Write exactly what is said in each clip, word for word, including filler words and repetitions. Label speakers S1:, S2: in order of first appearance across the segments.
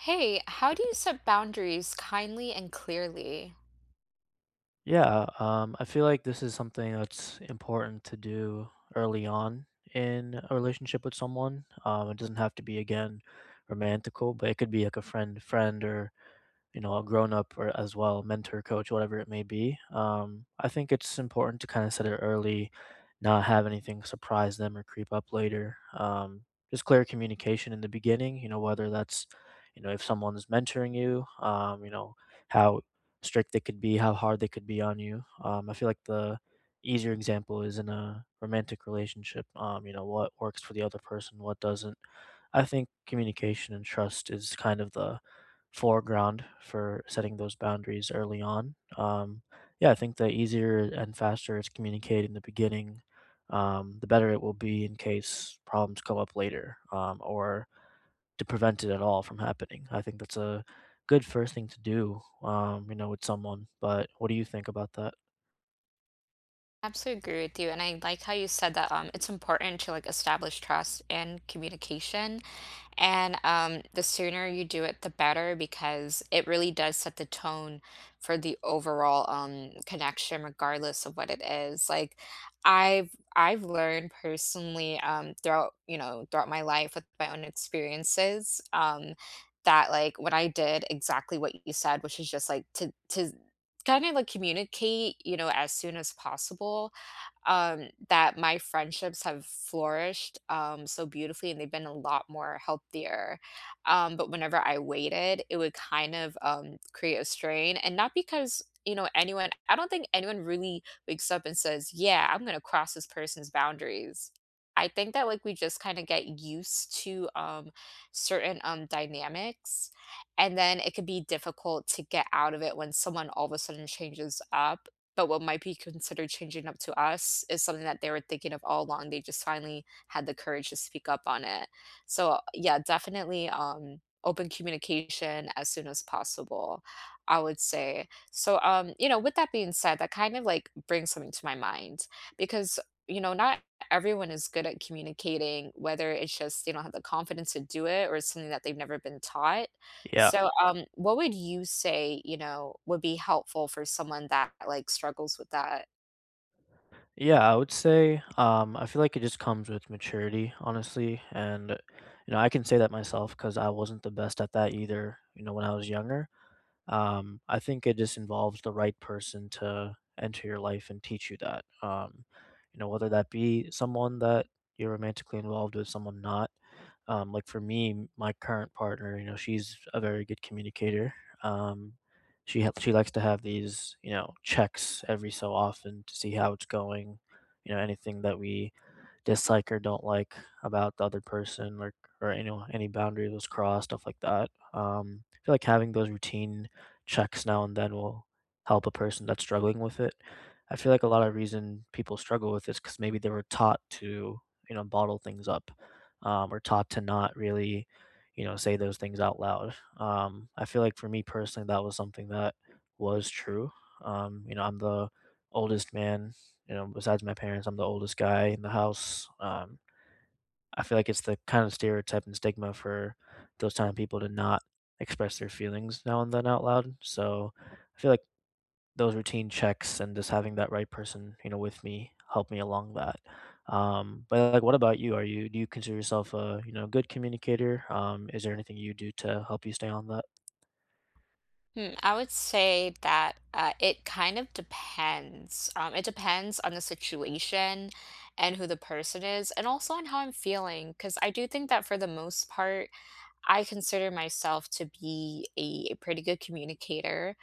S1: Hey, how do you set boundaries kindly and clearly?
S2: Yeah, um, I feel like this is something that's important to do early on in a relationship with someone. Um, it doesn't have to be again romantical, but it could be like a friend, friend, or you know, a grown up or as well, mentor, coach, whatever it may be. Um, I think it's important to kind of set it early, not have anything surprise them or creep up later. Um, just clear communication in the beginning, you know, whether that's, you know, if someone is mentoring you, um, you know, how strict they could be, how hard they could be on you. Um, I feel like the easier example is in a romantic relationship. Um, you know, what works for the other person, what doesn't. I think communication and trust is kind of the foreground for setting those boundaries early on. Um, yeah, I think the easier and faster it's communicated in the beginning, um, the better it will be in case problems come up later um, or to prevent it at all from happening. I think that's a good first thing to do, um, you know, with someone. But what do you think about that?
S1: Absolutely agree with you. And I like how you said that um, it's important to like establish trust and communication. And um, the sooner you do it, the better because it really does set the tone for the overall um, connection, regardless of what it is. Like I've I've learned personally um, throughout you know throughout my life with my own experiences um, that like when I did exactly what you said, which is just like to to kind of like communicate you know as soon as possible, um, that my friendships have flourished um, so beautifully and they've been a lot more healthier. Um, but whenever I waited, it would kind of um, create a strain. And not because, you know, anyone, I don't think anyone really wakes up and says, yeah, I'm going to cross this person's boundaries. I think that like we just kind of get used to um, certain um, dynamics, and then it could be difficult to get out of it when someone all of a sudden changes up, but what might be considered changing up to us is something that they were thinking of all along. They just finally had the courage to speak up on it. So, uh, yeah, definitely um, open communication as soon as possible, I would say. So, um, you know, with that being said, that kind of like brings something to my mind because, you know, not everyone is good at communicating, whether it's just they don't have the confidence to do it or it's something that they've never been taught.
S2: Yeah.
S1: So, um, what would you say, you know, would be helpful for someone that like struggles with that?
S2: Yeah, I would say um, I feel like it just comes with maturity, honestly. And, you know, I can say that myself because I wasn't the best at that either, you know, when I was younger. Um, I think it just involves the right person to enter your life and teach you that. Um, you know, whether that be someone that you're romantically involved with, someone not. Um, like for me, m- my current partner, you know, she's a very good communicator. Um, she ha- she likes to have these, you know, checks every so often to see how it's going. You know, anything that we dislike or don't like about the other person or or you know any boundary was crossed, stuff like that. um I feel like having those routine checks now and then will help a person that's struggling with it. I feel like a lot of reason people struggle with this because maybe they were taught to, you know, bottle things up, um, or taught to not really, you know, say those things out loud. um, I feel like for me personally that was something that was true. Um, you know, I'm the oldest man, you know, besides my parents, I'm the oldest guy in the house. Um, I feel like it's the kind of stereotype and stigma for those kind of people to not express their feelings now and then out loud. So I feel like those routine checks and just having that right person, you know, with me help me along that. Um, but like, what about you? Are you Do you consider yourself a, you know, good communicator? Um, is there anything you do to help you stay on that?
S1: Hmm, I would say that uh, it kind of depends. Um, it depends on the situation and who the person is, and also on how I'm feeling. Because I do think that for the most part, I consider myself to be a, a pretty good communicator,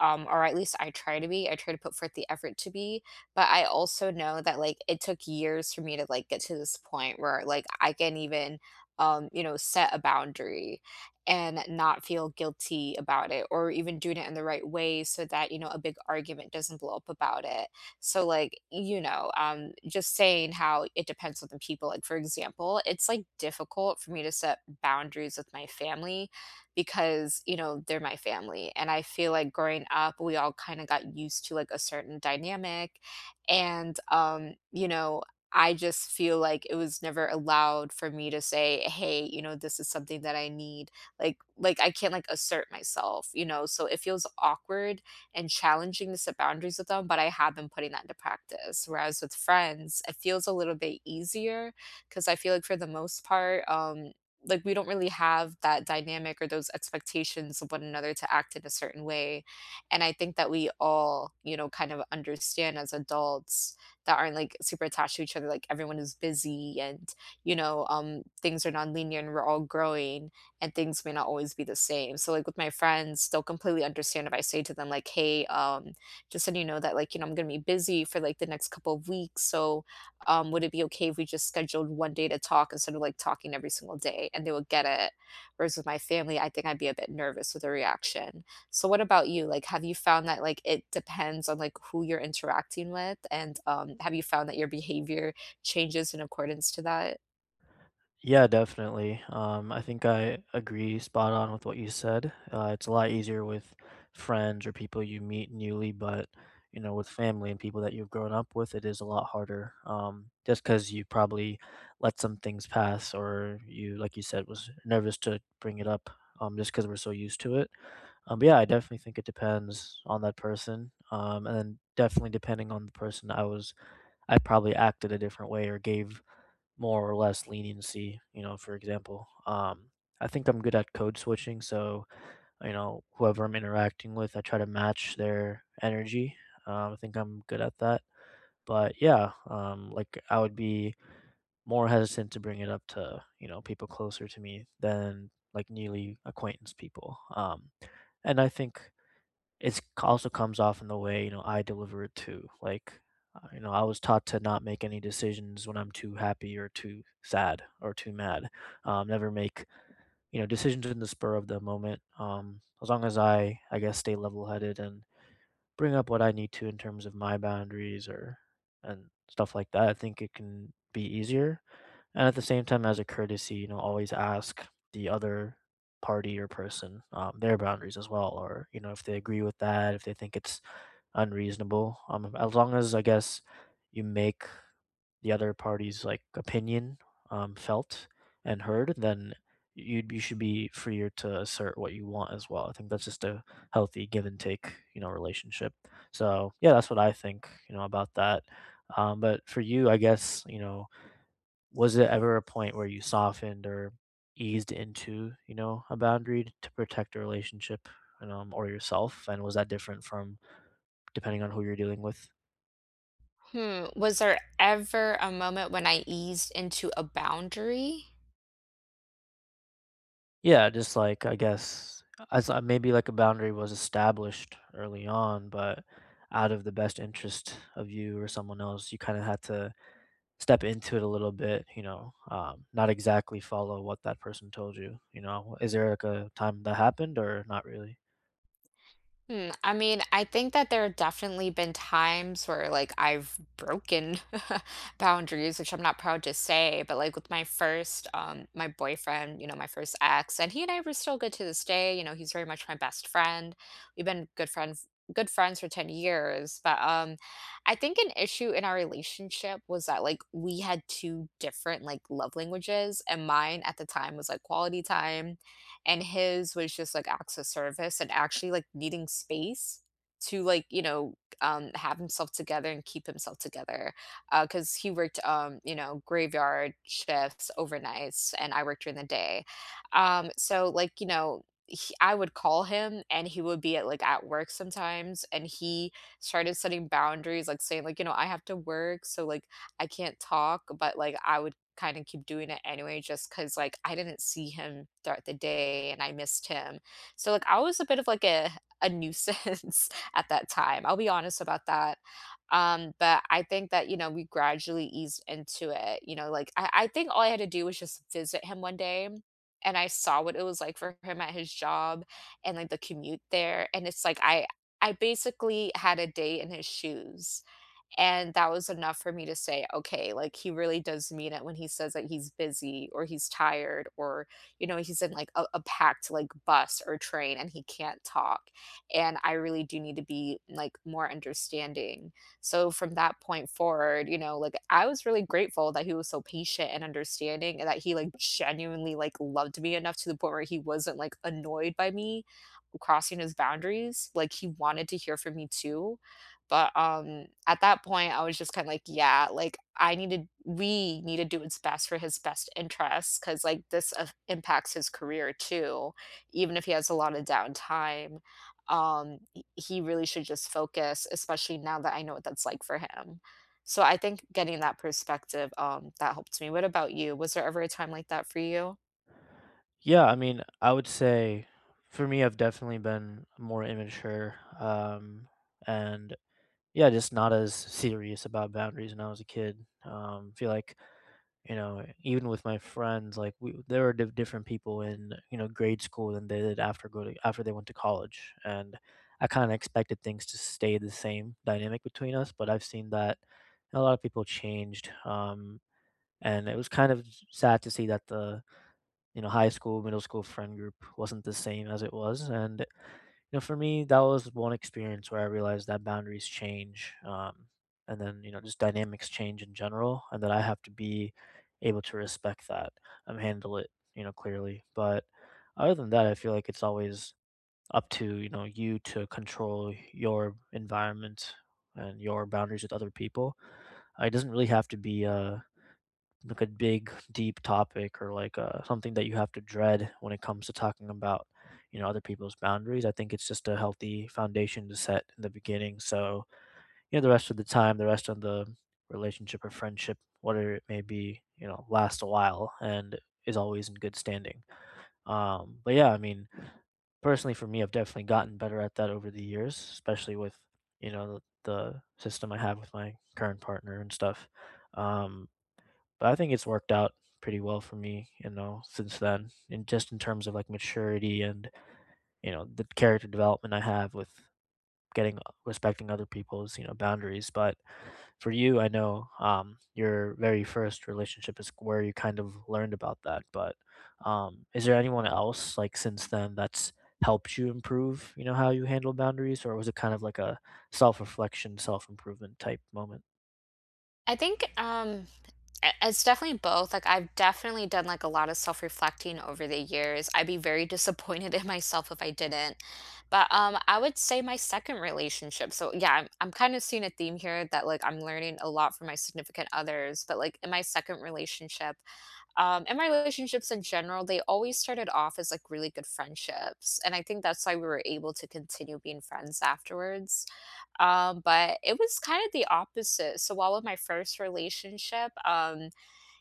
S1: um, or at least I try to be. I try to put forth the effort to be, but I also know that like it took years for me to like get to this point where like I can even, um, you know, set a boundary and not feel guilty about it, or even doing it in the right way so that you know a big argument doesn't blow up about it. So like, you know, um, just saying how it depends on the people. Like, for example, it's like difficult for me to set boundaries with my family because, you know, they're my family. And I feel like growing up, we all kind of got used to like a certain dynamic. And um, you know, I just feel like it was never allowed for me to say, "Hey, you know, this is something that I need." Like like I can't like assert myself, you know. So it feels awkward and challenging the set boundaries with them, but I have been putting that into practice. Whereas with friends, it feels a little bit easier because I feel like for the most part, um, like we don't really have that dynamic or those expectations of one another to act in a certain way. And I think that we all, you know, kind of understand as adults that aren't like super attached to each other, like everyone is busy and, you know, um, things are non-linear and we're all growing and things may not always be the same. So like with my friends, they'll completely understand if I say to them like, "Hey, um, just so you know that like you know I'm gonna be busy for like the next couple of weeks. So, um, would it be okay if we just scheduled one day to talk instead of like talking every single day?" And they will get it. Whereas with my family, I think I'd be a bit nervous with a reaction. So what about you? Like, have you found that like it depends on like who you're interacting with, and um, have you found that your behavior changes in accordance to that?
S2: Yeah, definitely. Um, I think I agree spot on with what you said. Uh, it's a lot easier with friends or people you meet newly, but you know, with family and people that you've grown up with, it is a lot harder. Um, just because you probably let some things pass, or you, like you said, was nervous to bring it up. Um, just because we're so used to it. Um, but yeah, I definitely think it depends on that person. Um, and then definitely depending on the person, I was, I probably acted a different way or gave more or less leniency, you know, for example. Um, I think I'm good at code switching, so, you know, whoever I'm interacting with, I try to match their energy. Um, I think I'm good at that. But yeah, um, like I would be more hesitant to bring it up to, you know, people closer to me than like newly acquaintance people. Um, and I think it's c- also comes off in the way, you know, I deliver it too. Like, uh, you know, I was taught to not make any decisions when I'm too happy or too sad or too mad. Um, never make, you know, decisions in the spur of the moment. Um, as long as I, I guess, stay level headed and bring up what I need to in terms of my boundaries or and stuff like that, I think it can be easier. And at the same time, as a courtesy, you know, always ask the other party or person um, their boundaries as well, or you know, if they agree with that, if they think it's unreasonable. Um, as long as I guess you make the other party's like opinion, um, felt and heard, then you you should be freer to assert what you want as well. I think that's just a healthy give and take, you know, relationship. So yeah, that's what I think, you know, about that. Um, but for you, I guess, you know, was it ever a point where you softened or eased into, you know, a boundary to protect a relationship and, um, or yourself? And was that different from depending on who you're dealing with?
S1: Hmm, was there ever a moment when I eased into a boundary?
S2: Yeah, just like I guess as uh, maybe like a boundary was established early on, but out of the best interest of you or someone else, you kind of had to step into it a little bit, you know, um, not exactly follow what that person told you. You know, is there like a time that happened or not really?
S1: Hmm, I mean, I think that there have definitely been times where like I've broken boundaries, which I'm not proud to say, but like with my first um my boyfriend, you know, my first ex, and he and I were still good to this day. You know, he's very much my best friend. We've been good friends good friends for ten years. But um I think an issue in our relationship was that like we had two different like love languages and mine at the time was like quality time and his was just, like, acts of service and actually, like, needing space to, like, you know, um, have himself together and keep himself together, because he worked, um, you know, graveyard shifts, overnights, and I worked during the day, um, so, like, you know, he I would call him, and he would be at, like, at work sometimes, and he started setting boundaries, like, saying, like, you know, "I have to work, so, like, I can't talk," but, like, I would kind of keep doing it anyway just because like I didn't see him throughout the day and I missed him. So like I was a bit of like a a nuisance at that time. I'll be honest about that. Um but I think that you know we gradually eased into it, you know, like i, I think all I had to do was just visit him one day and I saw what it was like for him at his job and like the commute there, and it's like i i basically had a day in his shoes, and that was enough for me to say, "Okay, like, he really does mean it when he says that he's busy or he's tired or, you know, he's in, like, a a packed, like, bus or train and he can't talk." And I really do need to be, like, more understanding. So from that point forward, you know, like, I was really grateful that he was so patient and understanding and that he, like, genuinely, like, loved me enough to the point where he wasn't, like, annoyed by me crossing his boundaries. Like he wanted to hear from me too. But um at that point I was just kind of like, yeah, like I needed we need to do what's best for his best interests, cuz like this uh, impacts his career too, even if he has a lot of downtime. Um, he he really should just focus, especially now that I know what that's like for him. So I think getting that perspective um that helped me. What about you? Was there ever a time like that for you?
S2: Yeah, I mean, I would say for me, I've definitely been more immature, um, and yeah, just not as serious about boundaries when I was a kid. Um, feel like you know, even with my friends, like we, there were diff- different people in you know grade school than they did after go to after they went to college, and I kind of expected things to stay the same dynamic between us, but I've seen that a lot of people changed, um, and it was kind of sad to see that the you know, high school, middle school friend group wasn't the same as it was. And, you know, for me, that was one experience where I realized that boundaries change. Um, and then, you know, just dynamics change in general, and that I have to be able to respect that and handle it, you know, clearly. But other than that, I feel like it's always up to, you know, you to control your environment and your boundaries with other people. Uh, it doesn't really have to be, uh, like a big deep topic or like uh, something that you have to dread when it comes to talking about you know other people's boundaries. I think it's just a healthy foundation to set in the beginning, so you know the rest of the time, the rest of the relationship or friendship, whatever it may be, you know, lasts a while and is always in good standing. Um but yeah, I mean personally for me, I've definitely gotten better at that over the years, especially with, you know, the, the system I have with my current partner and stuff. Um, but I think it's worked out pretty well for me, you know, since then. And just in terms of like maturity and, you know, the character development I have with getting uh, respecting other people's, you know, boundaries. But for you, I know um, your very first relationship is where you kind of learned about that. But um, is there anyone else like since then that's helped you improve, you know, how you handle boundaries? Or was it kind of like a self reflection, self improvement type moment?
S1: I think um I- It's definitely both. Like I've definitely done like a lot of self-reflecting over the years. I'd be very disappointed in myself if I didn't. But um I would say my second relationship. So yeah, I'm I'm kind of seeing a theme here that like I'm learning a lot from my significant others, but like in my second relationship, um and my relationships in general, they always started off as like really good friendships. And I think that's why we were able to continue being friends afterwards. Um, but it was kind of the opposite. So while with my first relationship, um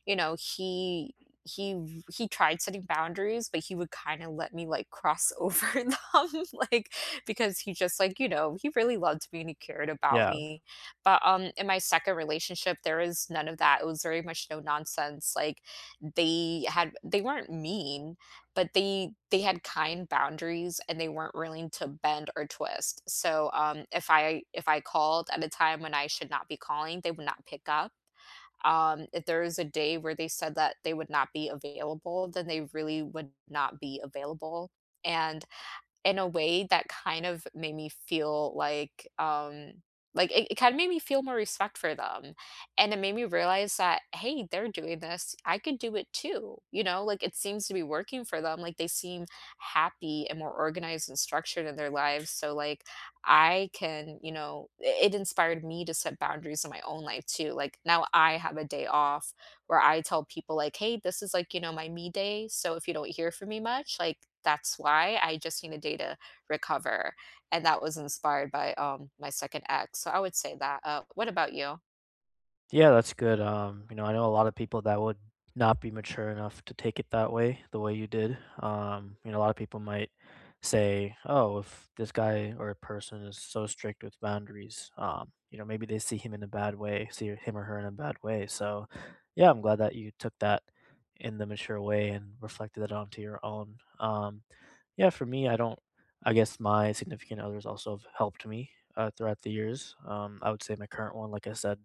S1: you know, he he he tried setting boundaries, but he would kinda let me, like, cross over them, like, because he just, like, you know, he really loved me and he cared about Yeah.
S2: Yeah.
S1: me. But, um, in my second relationship, there was none of that. It was very much no nonsense. Like, they had they weren't mean, but they they had kind boundaries and they weren't willing to bend or twist. So, um, if I if I called at a time when I should not be calling, they would not pick up. Um, if there is a day where they said that they would not be available, then they really would not be available, and in a way that kind of made me feel like, um like, it it kinda made me feel more respect for them, and it made me realize that, "Hey, they're doing this, I could do it too," you know? Like, it seems to be working for them, like, they seem happy and more organized and structured in their lives, so, like, I can, you know, it it inspired me to set boundaries in my own life too, like, now I have a day off where I tell people like, "Hey, this is like, you know, my me day, so if you don't hear from me much, like that's why. I just need a day to recover." And that was inspired by um my second ex. So I would say that. Uh, what about you?
S2: Yeah, that's good. Um, you know, I know a lot of people that would not be mature enough to take it that way, the way you did. Um, you know, a lot of people might say, "Oh, if this guy or person is so strict with boundaries, um, you know, maybe they see him in a bad way, see him or her in a bad way." So, yeah, I'm glad that you took that in the mature way and reflected that onto your own. Um, yeah, for me, I don't. I guess my significant others also have helped me uh, throughout the years. Um, I would say my current one, like I said,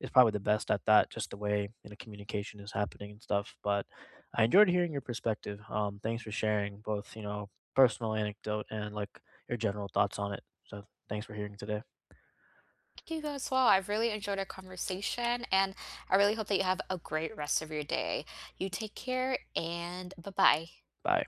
S2: is probably the best at that, just the way you know communication is happening and stuff. But I enjoyed hearing your perspective. Um, thanks for sharing both you know personal anecdote and like your general thoughts on it. So thanks for hearing today.
S1: Thank you as well. I've really enjoyed our conversation and I really hope that you have a great rest of your day. You take care and bye-bye.
S2: Bye.